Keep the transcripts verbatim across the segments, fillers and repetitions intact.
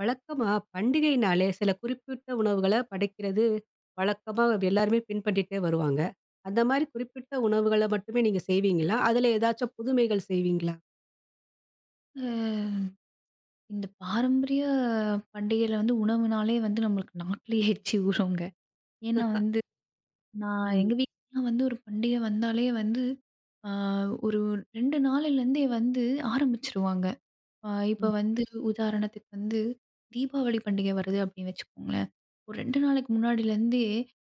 வழக்கமா பண்டிகைனாலே சில குறிப்பிட்ட உணவுகள படைக்கிறது வழக்கமா எல்லாருமே பின்பற்றிட்டே வருவாங்க. அந்த மாரி குறிப்பிட்ட உணவுகள மட்டுமே நீங்க செய்வீங்களா? அதுல ஏதாச்சும் புதுமைகள் செய்வீங்களா? அ இந்த பாரம்பரிய பண்டிகையில வந்து உணவுனாலே வந்து நம்மளுக்கு நாக்குலயே எச்சி ஊறுங்க. ஏன்னா வந்து நான் ம். எங்க வீட்லலாம் வந்து ஒரு பண்டிகை வந்தாலே வந்து, ஆ ஒரு இரண்டு நாள்லேருந்தே வந்து ஆரம்பிச்சுருவாங்க. ஆ இப்ப ம். வந்து உதாரணத்துக்கு வந்து தீபாவளி பண்டிகை வருது அப்படின்னு வச்சுக்கோங்களேன். ஒரு இரண்டு நாளைக்கு முன்னாடிலேருந்தே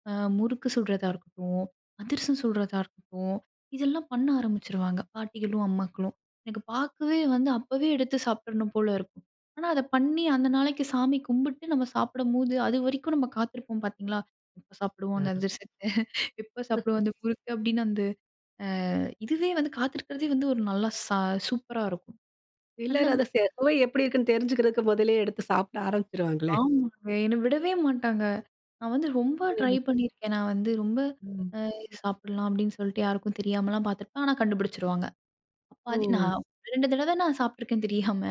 அ முறுக்கு சுடுறதா இருக்கட்டும், அதிரசம் சுடுறதா இருக்கட்டும், இதெல்லாம் பண்ண ஆரம்பிச்சுருவாங்க பாட்டிகளும், அம்மாக்களும். எனக்கு பார்க்கவே வந்து அப்பவே எடுத்து சாப்பிடணும் போல இருக்கும். ஆனா அத பண்ணி அந்த நாளைக்கு சாமி கும்பிட்டு நம்ம சாப்பிடும்போது, அதுவரைக்கும் நம்ம காத்திருப்போம் பார்த்தீங்களா? எப்ப சாப்பிடுவோம் அந்த ஆ. அதிரசத்த? எப்ப சாப்பிடுவோம் அந்த முறுக்கு? அப்படின்னு அந்த அ இதுவே வந்து காத்திருக்கிறதே வந்து ஒரு நல்லா ச சூப்பரா இருக்கும். அந்த சிலர் அத செ சுவை எப்படி இருக்குன்னு தெரிஞ்சுக்கிறதுக்கு முதலயே எடுத்து சாப்பிட ஆரம்பிச்சுருவாங்களே. ஆமாங்க. என்ன விடவே மாட்டாங்க. நான் வந்து ரொம்ப ட்ரை ம். பண்ணியிருக்கேன். நான் வந்து ரொம்ப ம். அ சாப்பிடலாம் அப்படின்னு சொல்லிட்டு யாருக்கும் தெரியாமலாம் பார்த்துருப்பேன். ஆனா கண்டுபிடிச்சுருவாங்க. அப்ப ஓ! அது நான் இரண்டு தடவ நான் சாப்பிட்டுருக்கேன் தெரியாம.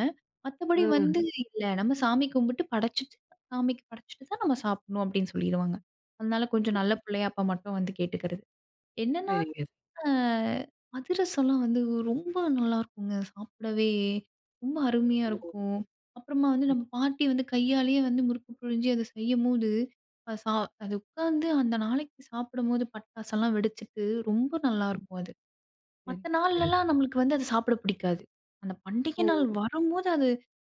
மத்தபடி வந்து ஆ. இல்ல நம்ம சாமி கும்பிட்டு படைச்சுட்டு, சாமிக்கு படைச்சுட்டு தான் நம்ம சாப்பிடணும் அப்படின்னு சொல்லிருவாங்க. அதனால ம், கொஞ்சம் நல்ல பிள்ளையா அப்ப மட்டும் வந்து கேட்டுக்கிறது. என்னன்னா சரிங்க. அ அதிரசம்லாம் வந்து ரொம்ப நல்லாருக்குங்க. சாப்பிடவே ரொம்ப அருமையா ஓ! இருக்கும். அப்புறமா வந்து சரி, நம்ம பாட்டி வந்து கையாலேயே வந்து முறுக்கு புழிஞ்சு அத செய்யும்போது, அ சா அது உட்காந்து அந்த நாளைக்கு சாப்பிடும்போது பட்டாசெல்லாம் வெடிச்சுட்டு ரொம்ப ம். நல்லாருக்கும் அது. சரி, மத்த சரி. நாள்லலாம் நம்மளுக்கு வந்து அது சாப்பிட பிடிக்காது. அந்த பண்டிகை ஓ! நாள் வரும்போது அது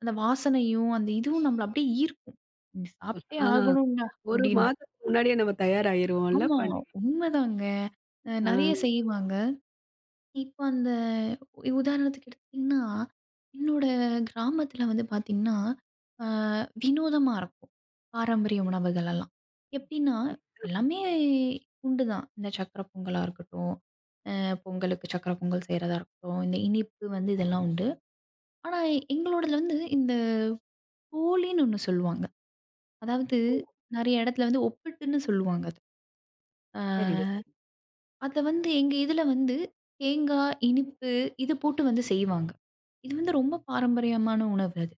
அந்த வாசனையும், அந்த இதுவும் நம்மள அப்படியே ஈர்க்கும். "இது சாப்பிட்டே ஆ. ஆகணும்டா" ஒரு அப்படின்னு. மாதத்துக்கு முன்னாடியே நம்ம தயாராகிருவோம்ல ஆமா, பண்டிகை. உண்மதாங்க. அ ஆ. நெறைய செய்வாங்க. இப்ப அந்த உதாரணத்துக்கு எடுத்தீங்கன்னா, என்னோட கிராமத்தில வந்து பார்த்தீங்கன்னா, அ வினோதமா இருக்கும். பாரம்பரிய உணவுகள் எல்லாம். எப்படின்னா, எல்லாமே உண்டு தான். இந்த சர்க்கரை பொங்கலா இருக்கட்டும், அ பொங்கலுக்கு சர்க்கரை பொங்கல் செய்றதா இருக்கட்டும், இந்த இனிப்பு வந்து இதெல்லாம் உண்டு. ஆனா எங்களோடதுல வந்து இந்த போலின்னு ஒண்ணு சொல்லுவாங்க. அதாவது ஓ! நெறைய இடத்துல வந்து ஒப்பிட்டுன்னு சொல்லுவாங்க அது. சரிங்க, அ சரிங்க. அத வந்து எங்க இதுல வந்து தேங்காய், இனிப்பு இது போட்டு வந்து செய்வாங்க. இது வந்து ரொம்ப பாரம்பரியமான உணவு அது.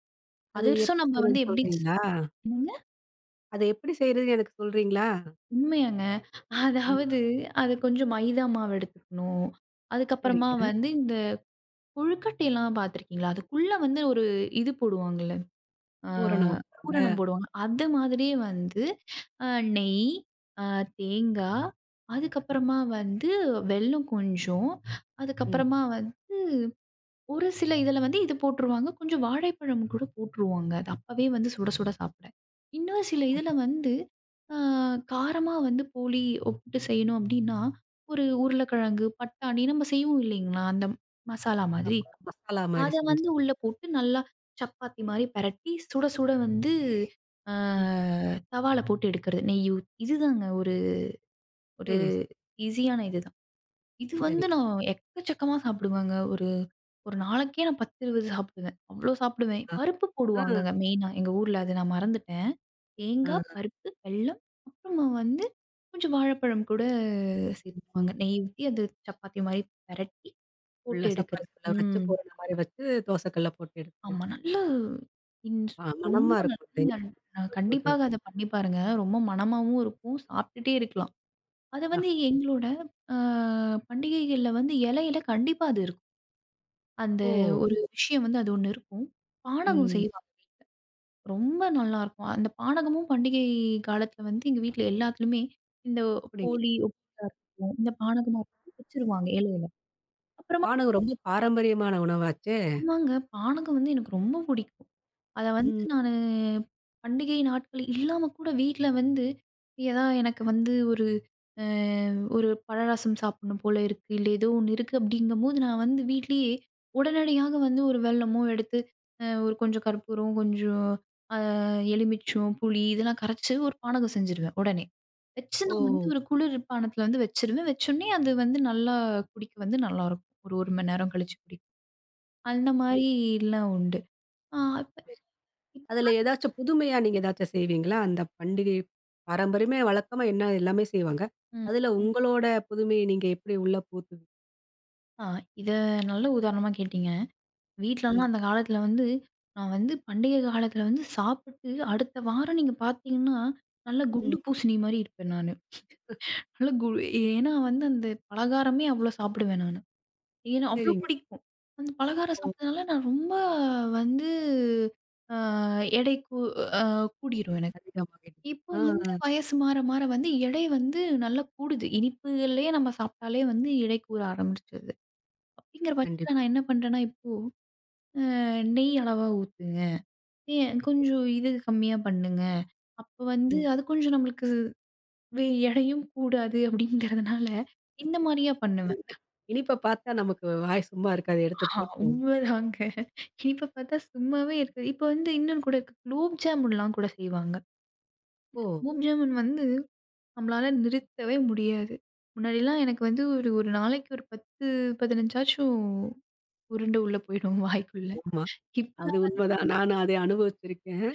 அது அதிரசம் எப்படி நம்ம வந்து செய்றதுன்னு எப்படி ஸ் சொல்றீங்களா? என்னங்க? அத எப்படி செய்றதுன்னு எனக்கு சொல்றீங்களா? உண்மையாங்க. ஆ அதாவது அது கொஞ்சம் மைதா மாவு எடுத்துக்கணும். அதுக்கப்புறமா சரிங்க. வந்து இந்த கொழுக்கட்டைலாம் பார்த்துருக்கீங்களா? அதுக்குள்ள வந்து ஒரு இது போடுவாங்கல்ல. ஆ பூரண ஊத்துறாங்க. பூரணம் போடுவாங்க. அது மாதிரியே வந்து அ நெய், அ தேங்காய், அதுக்கப்புறமா வந்து வெல்லம் கொஞ்சம், ம். அதுக்கப்புறமா ஒரு சில இதில வந்து இது போட்டுருவாங்க. கொஞ்சம் வாழைப்பழம் கூட போட்டுருவாங்க. அது அப்பவே வந்து சுட சுட சாப்பிட. இன்னும் சில இதில ஆமா. வந்து ஆ காரமா வந்து போலி ஒப்பிட்டு செய்யணும் அப்டின்னா, ஒரு உருளைக்கிழங்கு, பட்டாணி நம்ம செய்வோம் இல்லைங்களா? அந்த மசாலா மாதிரி. ஆமா. மசாலா மாரி அத செஞ்சு. வந்து உள்ள போட்டு நல்லா சப்பாத்தி மாரி பெரட்டி சுட சுட வந்து ஆ ம். தவால போட்டு எடுக்கிறது. நெய் ஊத் இதுதாங்க ஒரு ஒரு சரி, சரி, ஈஸியான இதுதான். இது சரி. வந்து நான் எக்கச்சக்கமா சாப்பிடுவேங்க. ஒரு ஒரு நாளைக்கே நான் பத்து, இருபது சாப்பிடுவேன். அவ்ளோ சாப்பிடுவேன். ஆ, பருப்பு ஆ, போடுவாங்கங்க மெயினா எங்க ஊர்ல அது நான் மறந்துட்டேன். ஆ. தேங்காய், பருப்பு, வெல்லம் அப்புறமா வந்து கொஞ்சம் வாழைப்பழம் கூட ம். சேர்த்துப்பாங்க. நெய் ஊத்தி அது சப்பாத்தி மாரி பெரட்டி போட்டு ஃபுல்லா எடுக்கிறது. சப்பாத்திக்குள்ள வச்சு ம். பூரண மாரி வச்சு தோசைக்கல்ல போட்டு எடுத்து ஆமா. நல்ல இன்ஸ் ஆ மணமா ரொம்ப நல்லா இருக்கும். அத நீங்க நீங்க அஹ், சொல்லும்போது. கண்டிப்பாக அத பண்ணி பாருங்க. ரொம்ப மணமாவும் இருக்கும். சாப்பிட்டுட்டே இருக்கலாம். அது ஆ. வந்து எங்களோட அ பண்டிகைகள்ல வந்து இலையில கண்டிப்பா அது இருக்கும். அந்த ஓ! ஒரு விஷயம் வந்து அது ஒண்ணு இருக்கும். பானகம் ம். செய்வாங்க. ரொம்ப நல்லாருக்கும். அந்த பானகமும் பண்டிகை காலத்துல வந்து எங்க வீட்ல எல்லாத்துலயுமே இந்த அப்படிங்களா? போலி உப்புட்டா இருக்கட்டும், இந்த பானகமா இருக்கட்டும் வச்சுருவாங்க இலையில. அப்புறமா பானகம் ரொம்ப பாரம்பரியமான உணவாச்சே. ஆமாங்க. பானகம் வந்து எனக்கு ரொம்ப பிடிக்கும். அத வந்து ம். நானு பண்டிகை நாட்கள் இல்லாம கூட வீட்ல வந்து, ஏதா எனக்கு வந்து ஒரு அ ஒரு பழரசம் சாப்பிடணும் போல இருக்கு, இல்ல ஏதோ ஒண்ணு இருக்கு அப்படிங்கும்போது, நான் வந்து வீட்லயே உடனடியாக வந்து ஒரு வெல்லமோ எடுத்து, அ ஒரு கொஞ்சம் கற்பூரம், கொஞ்சம் அ எலுமிச்சம், புளி இதெல்லாம் கரைச்சு ஒரு பானகம் செஞ்சுருவேன் உடனே. வச்சு நான் ஓ! ம். வந்து ஒரு குளிர் பானத்துல வந்து வச்சுருவேன். வச்சோனே அது வந்து நல்லா குடிக்க வந்து நல்லாருக்கும். ஒரு 1 மணி நேரம் கழிச்சு குடிக்க. அந்த சரி. மாரிலாம் உண்டு. ஆ அப்ப இப் அதுல ஏதாச்சும் புதுமையா நீங்க ஏதாச்சும் செய்வீங்களா? அந்த பண்டிகை பாரம்பரியமே வழக்கமா என்ன எல்லாமே செய்வாங்க. அதுல ம். உங்களோட புதுமைய நீங்க எப்படி உள்ள புகுத்து ஆ இத நல்ல உதாரணமா கேட்டீங்க. வீட்லலாம் ம், அந்த காலத்துல வந்து நான் வந்து பண்டிகை காலத்துல வந்து சாப்பிட்டு அடுத்த வாரம் நீங்க பார்த்தீங்கன்னா, நல்லா ம். குண்டு பூசணி மாரி இருப்பேன் நானு. நல்லா கு ஏன்னா வந்து அந்த பலகாரமே அவ்வளோ சாப்பிடுவேன் நானு. ஏன்னா அவ்வளோ சரிங்க. பிடிக்கும். அந்த பலகாரம் ஓ! சாப்பிட்டதுனால நான் ரொம்ப வந்து அ எடை கூ அ கூடிரும் எனக்கு. அதிகமாகிடும். இப்போ ஆ, ஆ. வந்து வயசு மாற மாற வந்து எடை வந்து நல்லா கூடுது. இனிப்புகள்லயே நம்ம சாப்பிட்டாலே வந்து எடை கூற ஆரம்பிச்சுருது. அப்படிங்கிற பட்சத்துல கண்டிப்பா. நான் என்ன பண்றேன்னா இப்போ அ நெய் அளவா ஊத்துங்க. ஏன் கொஞ்சம் இது கம்மியா பண்ணுங்க. அப்ப வந்து ம். அது கொஞ்சம் நம்மளுக்கு வே எடையும் கூடாது அப்படிங்கிறதுனால, இந்த மாரியா பண்ணுவேன். இனிப்ப பார்த்தா நமக்கு வாய் சும்மா இருக்காது. எடுத்து ஆ போட்டுருவோம். உண்மதாங்க. இனிப்ப பார்த்தா சும்மாவே இருக்காது. இப்ப வந்து இன்னொன்னு கூட இருக்கு. குலோப் ஜாமுன்லாம் கூட செய்வாங்க. ஓ! குலோப் ஜாமுன் வந்து நம்மளால நிறுத்தவே முடியாது. முன்னாடிலாம் எனக்கு வந்து ஒரு ஒரு நாளைக்கு ஒரு பத்து, பதினைந்தாச்சும் உருண்ட உள்ள போயிடும் வாய்க்குள்ள. ஆமா. அது இப்பலாம் உண்மதான். நானும் அதை அனுபவிச்சிருக்கேன்.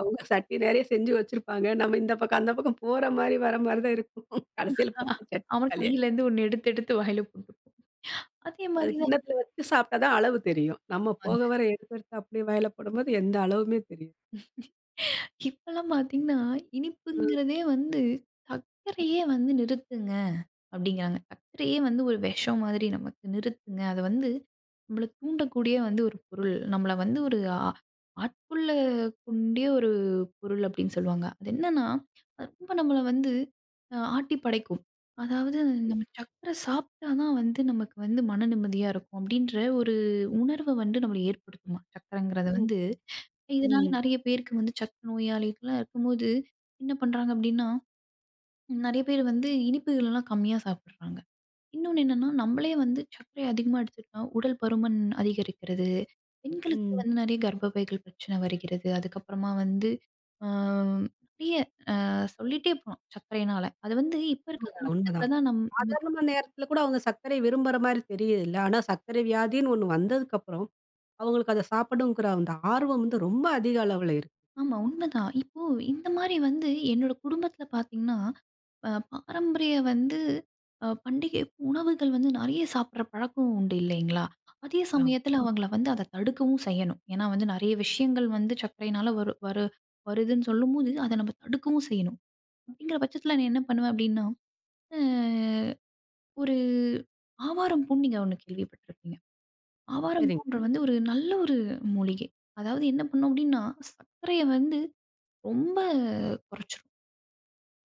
அவங்க சட்டி நெறைய செஞ்சு வச்சிருப்பாங்க. நம்ம இந்த பக்கம், அந்த பக்கம் போற மாரி, வர மாரி தான் இருக்கும். கடைசியில பார்த்தா சட்னி அவன் காலியா கையிலேருந்து ஒண்ணு எடுத்து எடுத்து வாயில போட்டு அதே அது மாரி கிண்ணத்துல வச்சு சாப்பிட்டா தான் அளவு தெரியும். நம்ம தான் போக வர எடுத்து, எடுத்து அப்படியே வாயில போடும்போது எந்த அளவுமே தெரியாது. இப்பல்லாம் பார்த்தீங்கன்னா, ம், இனிப்புங்கிறதே வந்து சர்க்கரையே வந்து நிறுத்துங்க அப்படிங்கிறாங்க. சர்க்கரையே வந்து ஒரு விஷம் மாதிரி நமக்கு. நிறுத்துங்க. அது வந்து நம்மள தூண்டக்கூடிய வந்து ஒரு பொருள். நம்மள வந்து ஒரு ஆ ஆட்கொள்ள கூடிய ஒரு பொருள் அப்படின்னு சொல்லுவாங்க. அது என்னன்னா, அது ரொம்ப நம்மள வந்து அ ஆட்டி படைக்கும். அதாவது நம்ம சர்க்கரை சாப்பிட்டா தான் வந்து நமக்கு வந்து மன நிம்மதியா இருக்கும் அப்படின்ற ஒரு உணர்வ வந்து நம்மள ஏற்படுத்துமாம். சர்க்கரைங்கிறது ம், வந்து இதனால ம். நெறைய பேருக்கு வந்து சக்க நோயாளிகள்லாம் இருக்கும்போது, என்ன பண்றாங்க அப்டின்னா, நெறைய பேர் வந்து இனிப்புகளெல்லாம் கம்மியா சாப்பிடுறாங்க. இன்னொன்னு என்னன்னா, நம்மளே வந்து சர்க்கரை அதிகமா எடுத்துக்கிட்டா உடல் பருமன் அதிகரிக்கிறது. பெண்களுக்கு ம். வந்து நெறைய கர்ப்பப்பைகள் பிரச்சனை வருகிறது. அதுக்கப்புறமா வந்து ஆ நெறைய அ சொல்லிட்டே போலாம் சர்க்கரையினால. அது வந்து இப்ப இருக்க உண்மதான், உண்மதான். காலகட்டத்தில தான் நம் நமக்கு சாதாரணமான நேரத்துல கூட அவங்க சர்க்கரை விரும்புற மாரி தெரியல. ஆனா சர்க்கரை வியாதின்னு ஒண்ணு வந்ததுக்கப்புறம், அவங்களுக்கு அத சாப்பிடணுங்கிற அந்த ஆர்வம் வந்து ரொம்ப அதிக அளவுல இருக்கு. ஆமா உண்மதான். இப்போ இந்த மாரி வந்து என்னோட குடும்பத்தில பார்த்தீங்கன்னா அ பாரம்பரிய வந்து அ பண்டிகை உணவுகள் வந்து நெறைய சாப்பிடுற பழக்கம் உண்டு இல்லைங்களா? அதே ஆமா. சமயத்தில ஆ. அவங்கள வந்து அத தடுக்கவும் செய்யணும். ஏன்னா வந்து நெறைய விஷயங்கள் வந்து சர்க்கரையினால வரு வரு வருதுன்னு சொல்லும்போது, அத நம்ம தடுக்கவும் செய்யணும். அப்படிங்கிற பட்சத்தில நான் என்ன பண்ணுவேன் அப்படின்னா, அ ஒரு ஆவாரம் பூ நீங்க ஒண்ணு கேள்விப்பட்டிருப்பீங்க. ஆவாரம் சரிங்க. பூன்ற வந்து ஒரு நல்ல ஒரு மூலிகை. அதாவது என்ன பண்ணும் அப்படின்னா, சர்க்கரைய வந்து ரொம்ப குறைச்சிரும்.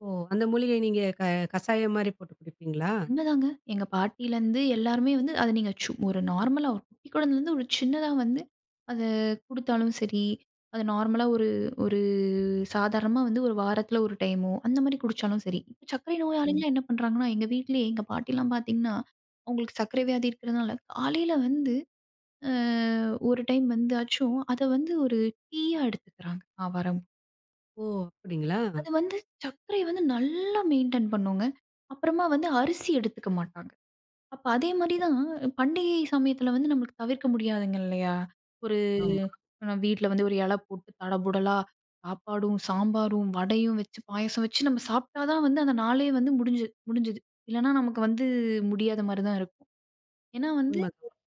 ஓ! அந்த மூலிகை நீங்க க கசாயம் மாரி போட்டு குடிப்பீங்களா? உண்மைதாங்க. எங்க பாட்டியிலருந்து எல்லாருமே வந்து அத நீங்க சு ஒரு நார்மலா ஒரு குட்டி குழந்தைலருந்து ஒரு சின்னதா வந்து அத குடுத்தாலும் சரி, அது நார்மலா ஒரு ஒரு சாதாரணமா வந்து ஒரு வாரத்துல ஒரு டைமோ, அந்த மாரி குடிச்சாலும் சரி. இப்ப சர்க்கரை ம். நோயாளிலாம் என்ன பண்றாங்கன்னா, எங்க வீட்லயே எங்க பாட்டிலாம் பார்த்தீங்கன்னா, அவங்களுக்கு சர்க்கரை வியாதி இருக்கிறதுனால காலையில வந்து அ ஒரு டைம் வந்து ஆச்சும் அத வந்து ஒரு டீயா எடுத்துக்கிறாங்க ஆவாரம். ஓ! அப்படிங்களா? அது வந்து சர்க்கரை வந்து நல்லா மெயின்டெயின் பண்ணுங்க. அப்புறமா வந்து அரிசி எடுத்துக்க மாட்டாங்க. அப்ப அதே மாரி தான் பண்டிகை சமயத்துல வந்து நம்மளுக்கு தவிர்க்க முடியாதுங்க இல்லையா? ஒரு ஆமா. நம்ம வீட்ல வந்து ஒரு இலை போட்டு தடபுடலா சாப்பாடும், சாம்பாரும், வடையும் வச்சு, பாயாசம் வச்சு நம்ம சாப்பிட்டா தான் வந்து அந்த நாளே வந்து முடிஞ்சு முடிஞ்சுது. இல்லன்னா நமக்கு வந்து முடியாத மாரி தான் இருக்கும். ஏன்னா வந்து உண்மதான்.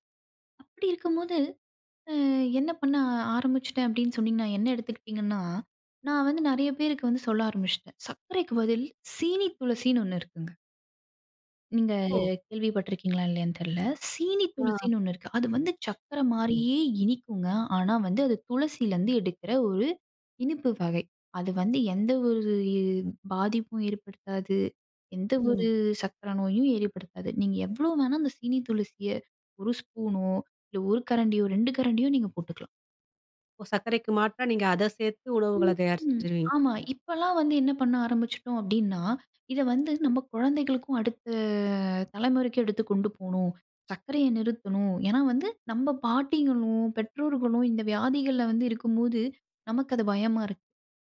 அப்படி இருக்கும்போது அ என்ன பண்ண ஆரம்பிச்சுட்டேன் அப்படின்னு சொன்னீங்கன்னா, என்ன எடுத்துக்கிட்டீங்கன்னா, நான் வந்து நெறைய பேருக்கு வந்து சொல்ல ஆரம்பிச்சுட்டேன். சர்க்கரைக்கு பதில் சீனி துளசின்னு ஒண்ணு இருக்குங்க. நீங்க ஓ! கேள்விப்பட்டிருக்கீங்களா இல்லையான்னு தெரியல. சீனி ஆ. துளசின்னு ஒண்ணு இருக்கு. அது வந்து சர்க்கரை சரிங்க. மாரியே இனிக்குங்க. ஆனா வந்து அது துளசியிலருந்து எடுக்கிற ஒரு இனிப்பு வகை. அது வந்து எந்த ஒரு பாதிப்பும் ஏற்படுத்தாது. எந்த ஒரு ம். சர்க்கரை நோயும் ஏற்படுத்தாது. நீங்க எவ்வளோ வேணா அந்த சீனி துளசிய ஒரு ஸ்பூனோ, இல்ல ஒரு கரண்டியோ, இரண்டு கரண்டியோ நீங்க போட்டுக்கலாம். ஓ! சர்க்கரைக்கு மாற்றா நீங்க அத சேர்த்து உணவுகள தயார் ம். செஞ்சுருவீங்க. ஆமா. அப்டின்னு. இப்பலாம் வந்து என்ன பண்ண ஆரம்பிச்சுட்டோம் அப்டின்னா, இத வந்து நம்ம குழந்தைகளுக்கும் அடுத்த தலைமுறைக்கும் எடுத்து கொண்டு போணும். சர்க்கரைய நிறுத்தணும். ஏன்னா வந்து நம்ம பாட்டிங்களும், பெற்றோர்களும் இந்த வியாதிகள்ல வந்து இருக்கும்போது, நமக்கு அது பயமா இருக்கு.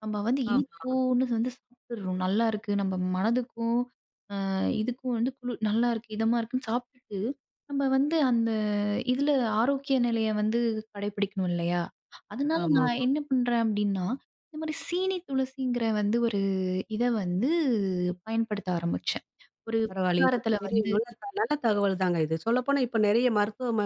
நம்ம வந்து ஆமா, இனிப்போன்னு வந்து சாப்பிட்டுறோம். நல்லா இருக்கு. நம்ம மனதுக்கும் இதுக்கும் வந்து குளு நல்லாருக்கு, இதமா இருக்குன்னு சாப்பிட்டுட்டு, நம்ம வந்து அந்த இதுல ஆரோக்கிய நிலைய வந்து கடைபிடிக்கணும் இல்லையா? அதனால நான் ஆமாமா. என்ன பண்றேன் அப்டின்னா, இந்த மாரி சீனி துளசிங்கிற வந்து ஒரு இத வந்து பயன்படுத்த ஆரம்பிச்சேன். ஒரு பரவாயில்ல. இது பலகாரத்துல பெரிய வந்து நல்ல த- நல்ல தகவல் தாங்க இது. சொல்லப்போனா இப்ப நெறைய மருத்துவ ம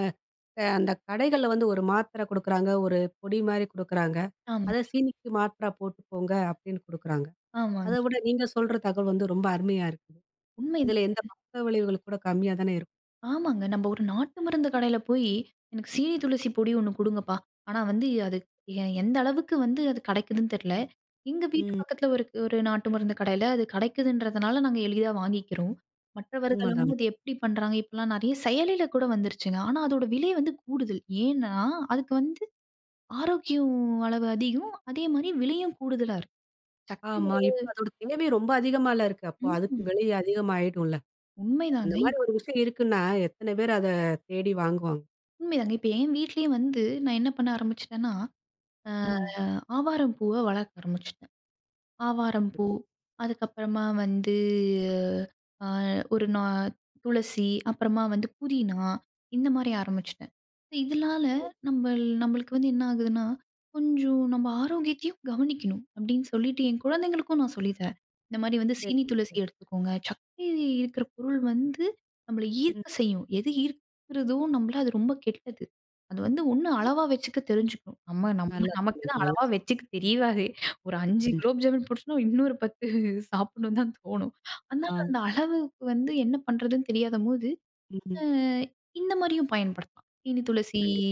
அ அந்த கடைகள்ல வந்து ஒரு மாத்திரை குடுக்குறாங்க. ஒரு பொடி மாரி குடுக்குறாங்க. ஆமா, அத சீனிக்கு மாத்திரா போட்டுக்கோங்க அப்படின்னு குடுக்குறாங்க. அத ஆமாங்க. விட நீங்க சொல்ற தகவல் வந்து ரொம்ப அருமையா இருக்குது. இதுல உண்மைதான். எந்த பக்க விளைவுகள் கூட கம்மியா தானே இருக்கும். ஆமாங்க. நம்ம ஒரு நாட்டு மருந்து கடையில போயி, "எனக்கு சீனி துளசி பொடி ஒண்ணு குடுங்கப்பா." ஆனா வந்து அது எ எந்த அளவுக்கு வந்து அது கெடைக்குதுன்னு தெர்ல. எங்க வீட்டு ம். பக்கத்துல ஒரு ஒரு நாட்டு மருந்து கடையில அது கெடைக்குதுன்றதுனால நாங்க எளிதா வாங்கிக்கிறோம். மற்றவர்கள் உண்மதான். வந்து அது எப்படி பண்றாங்க? இப்பலாம் நெறைய செயலில கூட வந்துருச்சுங்க. ஆனா அதோட விலை வந்து கூடுதல். ஏன்னா, அதுக்கு வந்து ஆரோக்கியம் அளவு அதிகம். அதே மாரி விலையும் கூடுதலா இருக்கு. சர்க்கரை ஆமா. இப்ப அதோட தேவை ரொம்ப அதிகமால இருக்கு. அப்போ அளவு அதுக்கு ம். விலை அதிகமாயிடும்ல. அந்த உண்மைதாங்க. மாரி இப் ஒரு விஷயம் இருக்குன்னா, எத்தன பேர் அத தேடி வாங்குவாங்க. உண்மைதாங்க. இப்ப என் வீட்லயே வந்து நான் என்ன பண்ண ஆரம்பிச்சுட்டேன்னா ம். ஆவாரம் பூவ வளர்க்க ஆரம்பிச்சுட்டேன். ஆவாரம் பூ, அதுக்கப்புறமா வந்து அ ஒரு நா துளசி, அப்புறமா வந்து புதினா, இந்த மாரி ஆரம்பிச்சுட்டேன். இதனால ஓ! நம்பள் நம்பளுக்கு வந்து என்ன ஆகுதுன்னா, கொஞ்சம் நம்ம ஆரோக்கியத்தையும் கவனிக்கணும் அப்படின்னு சொல்லிட்டு என் குழந்தைங்களுக்கும் நான் சொல்லி தரேன். இந்த மாரி வந்து சீனி சரிங்க, துளசி சரி. எடுத்துக்கோங்க. சர்க்கரை இருக்கிற பொருள் வந்து நம்மள ம். ஈர்க்க செய்யும். எது ஈர்க்கிறதோ நம்மள அது ரொம்ப கெட்டது. அது வந்து ஒண்ணு அளவா வச்சுக்க தெரிஞ்சுக்கணும். நம்ம நம்ம நல்லா நமக்கு சொன்னீங்க, தான் நல்லா அளவா வச்சுக்க தெரியவாது. ஒரு ஐந்து சொன்னீங்க. குலோப் ஜாமுன் போட்டுச்சுன்னா, இன்னொரு பத்து சாப்பிடணும்னு தான் தோணும். ஆ. அதனால அந்த அளவுக்கு வந்து என்ன பண்றதுன்னு தெரியாதபோது, அ ம். இந்த மாரியும் பயன்படுத்தலாம். சீனி துளசி கண்டிப்பா.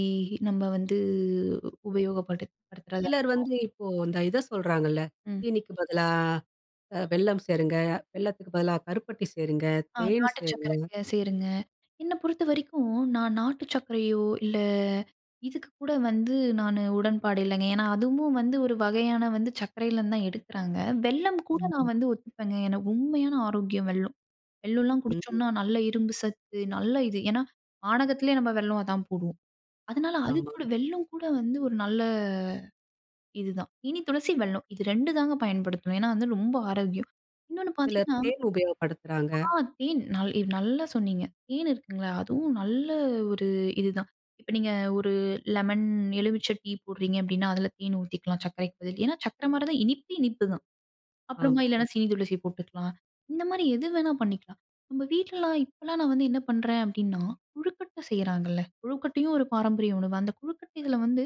நம்ம வந்து உபயோகப்படு படுத்துறதா சிலர் வந்து இப்போ இந்த இத சொல்றாங்கல்ல. ம். சீனிக்கு பதிலா அ வெல்லம் சேருங்க. வெல்லத்துக்கு பதிலா கருப்பட்டி சேருங்க. ஆ தேன் நாட்டு சேருங்க. சர்க்கரைய சேருங்க. என்ன பொறுத்த வரைக்கும் நான் நாட்டு சர்க்கரையோ, இல்ல இதுக்கு கூட வந்து நானு உடன்பாடு இல்லைங்க. ஏன்னா அதுவும் வந்து ஒரு வகையான வந்து சர்க்கரையிலருந்து தான் எடுக்குறாங்க. வெல்லம் கூட நான் ம். வந்து ஒத்துப்பேங்க. எனக்கு உண்மையான ஆரோக்கியம் வெல்லம். வெல்லம்லாம் ம். குடிச்சோம்னா, நல்ல இரும்பு சத்து, நல்ல இது. ஏன்னா, பானகத்திலேயே நம்ம வெல்லம் அதான் போடுவோம். அதனால அது ஆமா. கூட வெல்லம் கூட வந்து ஒரு நல்ல இதுதான். இனி துளசி, வெல்லம் இது இரண்டு தாங்க பயன்படுத்தணும். ஏன்னா வந்து ரொம்ப ஆரோக்கியம். இன்னொன்னு சில பார்த்தீங்கன்னா, தேன் உபயோகப்படுத்துறாங்க. ஆ தேன் நல் இது நல்லா சொன்னீங்க. தேன் இருக்குங்களா, அதுவும் நல்ல ஒரு இதுதான். இப்ப நீங்க ஒரு லெமன், எலுமிச்சை டீ போடுறீங்க அப்படின்னா, அதில தேன் ஊத்திக்கலாம் சர்க்கரைக்கு பதில். ஏன்னா, சர்க்கரை மாரி தான் இனிப்பு, இனிப்பு தான். அப்புறமா ஆமா. இல்லன்னா சீனி துளசி போட்டுக்கலாம். இந்த மாரி எது வேணா பண்ணிக்கலாம். நம்ம வீட்லலாம் இப்பலாம் நான் வந்து என்ன பண்றேன் அப்டின்னா, கொழுக்கட்டை செய்றாங்கல்ல. கொழுக்கட்டையும் ஒரு பாரம்பரிய உணவு. அந்த கொழுக்கட்டையில வந்து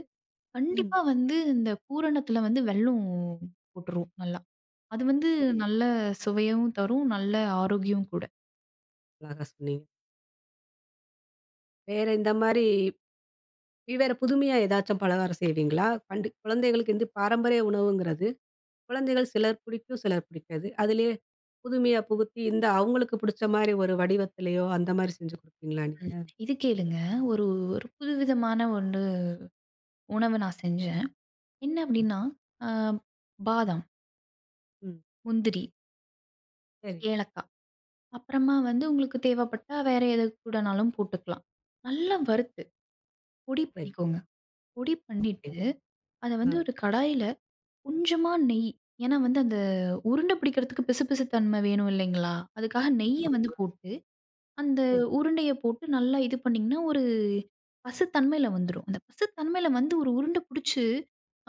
ம். கண்டிப்பா வந்து இந்த பூரணத்தில வந்து வெல்லம் போட்டுருவோம் நல்லா. அது வந்து சரி. நல்ல சுவையும் தரும், நல்ல ஆரோக்கியம் கூட. அழகா சொன்னீங்க. வேற இந்த மாரி வேற புதுமையா ஏதாச்சும் பலகாரம் செய்வீங்களா? பண்டு குழந்தைகளுக்கு இந்த பாரம்பரிய உணவுங்கிறது, குழந்தைகள் சிலர் பிடிக்கும், சிலர் பிடிக்காது. அதிலயே புதுமையா புகுத்தி இந்த அவங்களுக்கு பிடிச்ச மாரி ஒரு வடிவத்திலயோ அந்த மாரி செஞ்சு குடுப்பீங்களா ம். நீங்க? இது கேளுங்க, ஒரு ஒரு புதுவிதமான ஒண்ணு உணவு நான் செஞ்சேன். என்ன அப்டின்னா, அ பாதாம், ம். முந்திரி, சரி, ஏலக்காய் அப்புறமா வந்து உங்களுக்கு தேவைப்பட்டா வேற எது கூடனாலும் போட்டுக்கலாம். நல்லா வறுத்து பொடி சரி. பண்ணிக்கோங்க. பொடி பண்ணிட்டு, அப்டிங்களா? அத வந்து ஆ. ஒரு கடாயில கொஞ்சமா நெய். ஏன்னா வந்து அந்த உருண்டை பிடிக்கிறதுக்கு பிசுபிசு தன்மை வேணும் இல்லைங்களா? அதுக்காக நெய்ய வந்து ஆமாமா. போட்டு, அந்த சரி. உருண்டைய போட்டு நல்லா இது பண்ணீங்கன்னா, ஒரு பசத்தன்மையில வந்துரும். அந்த பசத்தன்மையில வந்து ஒரு உருண்ட புடிச்சு,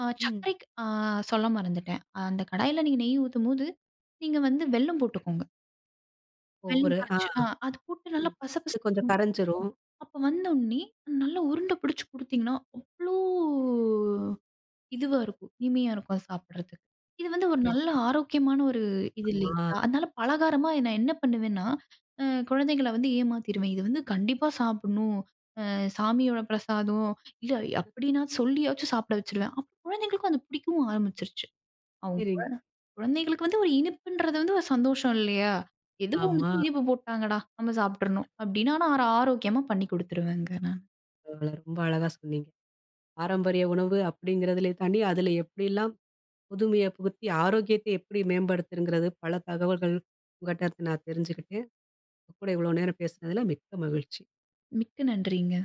அ ம். சர்க்கரைக்கு அ சொல்ல மறந்துட்டேன். அந்த கடாயில நீங்க நெய் ஊத்தும்போது, நீங்க வந்து வெல்லம் போட்டுக்கோங்க. வெல்லம் ஒவ்வொரு கரைச்சு ஆ. அ அது போட்டு நல்லா ம். பச அது கொஞ்சம் பசன்னு கரைஞ்சிரும். அப்ப வந்தோன்னே, நல்லா உருண்டை பிடிச்சு குடுத்தீங்கன்னா, அவ்ளோ இதுவா இருக்கும். இனிமையா இருக்கும் அது சாப்பிடுறதுக்கு. இது வந்து ஒரு சரி. நல்ல ஆரோக்கியமான ஒரு இது ஆமா. இல்லைங்களா? அதனால பலகாரமா நான் என்ன பண்ணுவேன்னா, அ குழந்தைகள வந்து ஏமாத்திருவேன். இது வந்து கண்டிப்பா சாப்பிடணும். அ சாமியோட பிரசாதம். இல்ல அப்படின்னா சொல்லியாச்சும் சாப்பிட வச்சுருவேன். அப்ப குழந்தைகளுக்கும் அது பிடிக்கவும் ஆரம்பிச்சுருச்சு. அவங்க குழ சரிங்க. குழந்தைகளுக்கு வந்து ஒரு இனிப்புன்றது வந்து ஒரு சந்தோஷம் இல்லையா? ஏதோ ஆமா. ஒண்ணுக்கு இனிப்பு போட்டாங்கடா, நம்ம சாப்பிட்டுறணும் அப்படின்னு. ஆனா ஆரோக்கியமா பண்ணி குடுத்துருவேங்க. பரவால்ல. ரொம்ப அழகா சொன்னீங்க. பாரம்பரிய உணவு அப்படிங்கிறதிலே தாண்டி, அதில எப்படிலாம் புதுமைய புகுத்தி ஆரோக்கியத்தை எப்படி மேம்படுத்துங்கிறது பல தகவல்கள் உங்கட்ட இருந்து நான் தெரிஞ்சுக்கிட்டேன். உங்க கூட இவ்வளோ நேரம் பேசினதில மிக்க மகிழ்ச்சி. மிக்க நன்றிங்க.